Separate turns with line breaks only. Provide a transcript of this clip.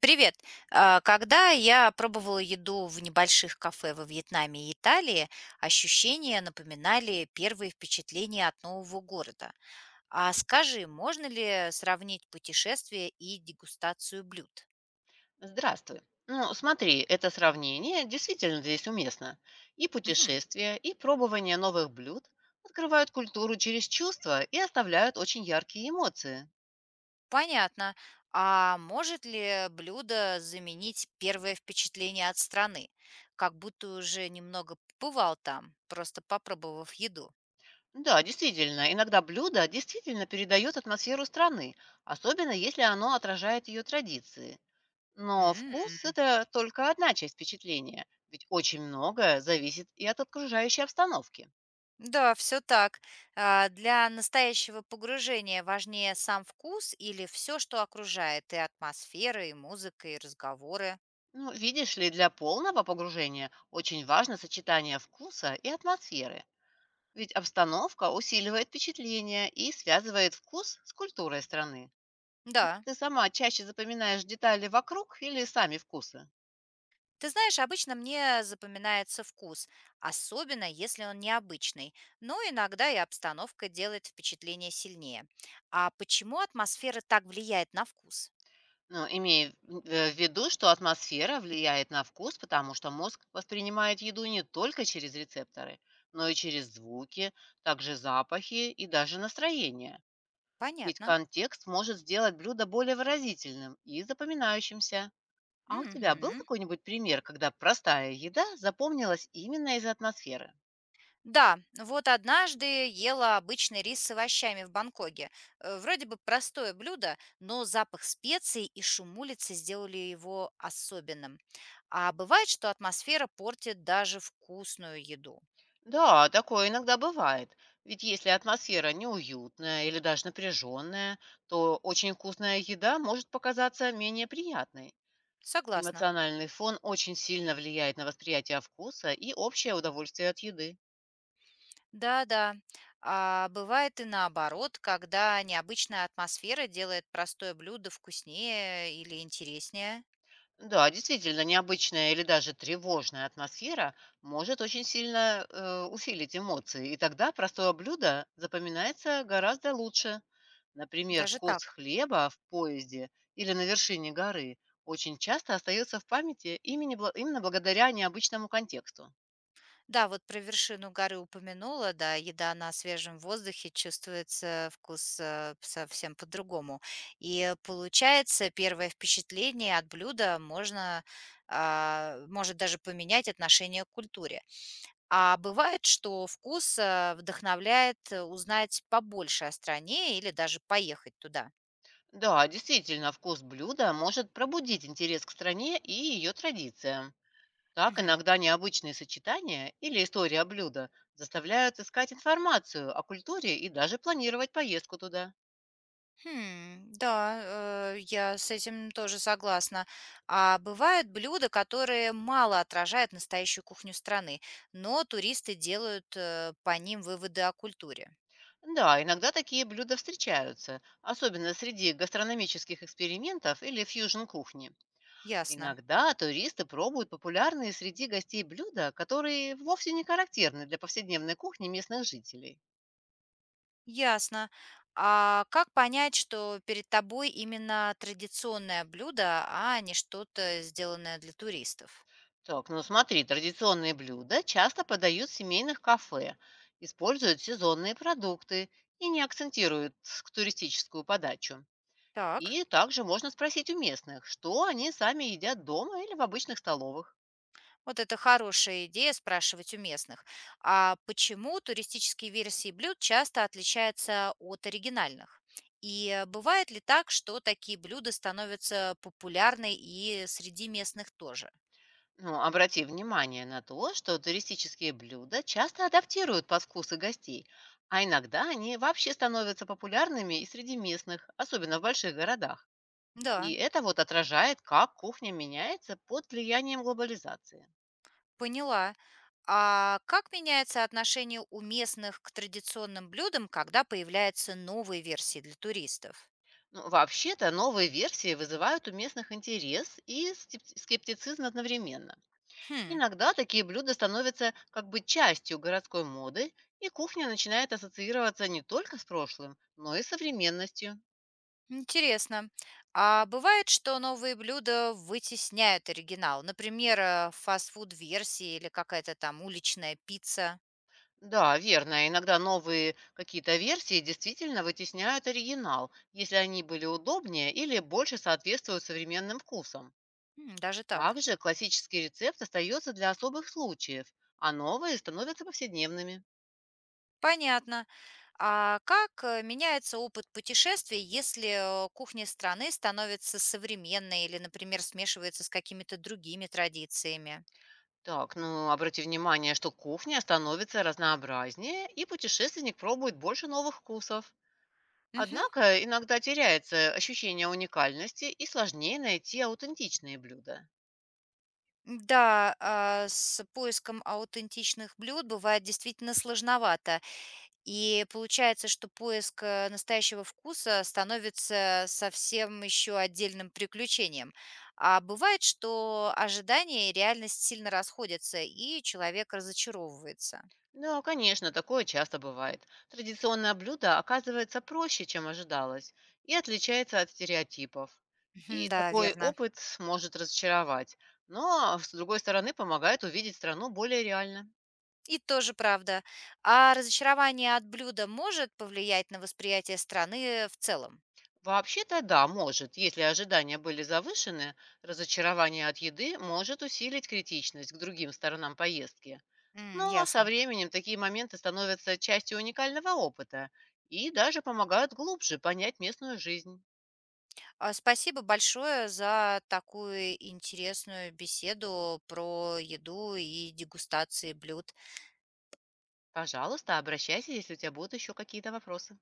Привет. Когда я пробовала еду в небольших кафе во Вьетнаме и Италии, ощущения напоминали первые впечатления от нового города. А скажи, можно ли сравнить путешествие и дегустацию блюд?
Здравствуй. Ну, смотри, это сравнение действительно здесь уместно. И
Мгм,
путешествия, и пробование новых блюд открывают культуру через чувства и оставляют очень яркие эмоции.
понятно. А может ли блюдо заменить первое впечатление от страны? Как будто уже немного побывал там, просто попробовав еду.
Да, действительно, иногда блюдо действительно передает атмосферу страны, особенно если оно отражает ее традиции. Но
М.
вкус– это только одна часть впечатления, ведь очень многое зависит и от окружающей обстановки.
Да, все так. Для настоящего погружения важнее сам вкус или все, что окружает: и атмосфера, и музыка, и разговоры.
Ну, видишь ли, для полного погружения очень важно сочетание вкуса и атмосферы, ведь обстановка усиливает впечатление и связывает вкус с культурой страны. Вот
Да.
ты сама чаще запоминаешь детали вокруг или сами вкусы?
Ты знаешь, обычно мне запоминается вкус, особенно если он необычный, но иногда и обстановка делает впечатление сильнее. А почему атмосфера так влияет на вкус?
Ну, имея в виду, что атмосфера влияет на вкус, потому что мозг воспринимает еду не только через рецепторы, но и через звуки, также запахи и даже настроение. Ведь
Понятно.
контекст может сделать блюдо более выразительным и запоминающимся. А у тебя был
Мгм.
какой-нибудь пример, когда простая еда запомнилась именно из-за атмосферы?
Да, вот однажды ела обычный рис с овощами в Бангкоке. Вроде бы простое блюдо, но запах специй и шум улицы сделали его особенным. А бывает, что атмосфера портит даже вкусную еду.
Да, такое иногда бывает. Ведь если атмосфера неуютная или даже напряженная, то очень вкусная еда может показаться менее приятной.
Согласна.
Эмоциональный фон очень сильно влияет на восприятие вкуса и общее удовольствие от еды.
Да-да. А бывает и наоборот, когда необычная атмосфера делает простое блюдо вкуснее или интереснее.
Да, действительно, необычная или даже тревожная атмосфера может очень сильно усилить эмоции, и тогда простое блюдо запоминается гораздо лучше. Например,
Даже
вкус
так.
хлеба в поезде или на вершине горы очень часто остается в памяти именно благодаря необычному контексту.
Да, вот про вершину горы упомянула, да, еда на свежем воздухе, чувствуется вкус совсем по-другому. И получается, первое впечатление от блюда можно, а, может даже поменять отношение к культуре. А бывает, что вкус вдохновляет узнать побольше о стране или даже поехать туда.
Да, действительно, вкус блюда может пробудить интерес к стране и ее традициям. Так, иногда необычные сочетания или история о блюда заставляют искать информацию о культуре и даже планировать поездку туда.
Хм, да, я с этим тоже согласна. А бывают блюда, которые мало отражают настоящую кухню страны, но туристы делают по ним выводы о культуре.
Да, иногда такие блюда встречаются, особенно среди гастрономических экспериментов или фьюжн-кухни.
Ясно,
Иногда туристы пробуют популярные среди гостей блюда, которые вовсе не характерны для повседневной кухни местных жителей.
ясно. А как понять, что перед тобой именно традиционное блюдо, а не что-то сделанное для туристов?
Так, ну смотри, традиционные блюда часто подают в семейных кафе, используют сезонные продукты и не акцентируют к туристическую подачу.
Так.
И также можно спросить у местных, что они сами едят дома или в обычных столовых.
Вот это хорошая идея спрашивать у местных. А почему туристические версии блюд часто отличаются от оригинальных? И бывает ли так, что такие блюда становятся популярны и среди местных тоже?
Ну, обрати внимание на то, что туристические блюда часто адаптируют под вкусы гостей, а иногда они вообще становятся популярными и среди местных, особенно в больших городах. И
Да,
это вот отражает, как кухня меняется под влиянием глобализации.
поняла. А как меняется отношение у местных к традиционным блюдам, когда появляются новые версии для туристов?
Ну, вообще-то новые версии вызывают у местных интерес и скептицизм одновременно.
Хм,
Иногда такие блюда становятся как бы частью городской моды, и кухня начинает ассоциироваться не только с прошлым, но и с современностью.
интересно. А бывает, что новые блюда вытесняют оригинал? Например, фастфуд-версии или какая-то там уличная пицца?
Да, верно, иногда новые какие-то версии действительно вытесняют оригинал, если они были удобнее или больше соответствуют современным вкусам.
М, даже так.
Также классический рецепт остается для особых случаев, а новые становятся повседневными.
Понятно. А как меняется опыт путешествий, если кухня страны становится современной или, например, смешивается с какими-то другими традициями?
Так, ну обрати внимание, что кухня становится разнообразнее, и путешественник пробует больше новых вкусов.
Мгм.
Однако иногда теряется ощущение уникальности и сложнее найти аутентичные блюда.
Да, а, с поиском аутентичных блюд бывает действительно сложновато. И получается, что поиск, настоящего вкуса становится совсем еще отдельным приключением. А бывает, что ожидания и реальность сильно расходятся, и человек разочаровывается.
Да, конечно, такое часто бывает. Традиционное блюдо оказывается проще, чем ожидалось, и отличается от стереотипов.
Мгм,
И
да,
такой
верно.
опыт может разочаровать, но, с другой стороны, помогает увидеть страну более реально.
И тоже правда. А разочарование от блюда может повлиять на восприятие страны в целом?
Вообще-то да, может. Если ожидания были завышены, разочарование от еды может усилить критичность к другим сторонам поездки.
М,
Но со
ясно.
временем такие моменты становятся частью уникального опыта и даже помогают глубже понять местную жизнь.
Спасибо большое за такую интересную беседу про еду и дегустации блюд.
Пожалуйста, обращайся, если у тебя будут еще какие-то вопросы.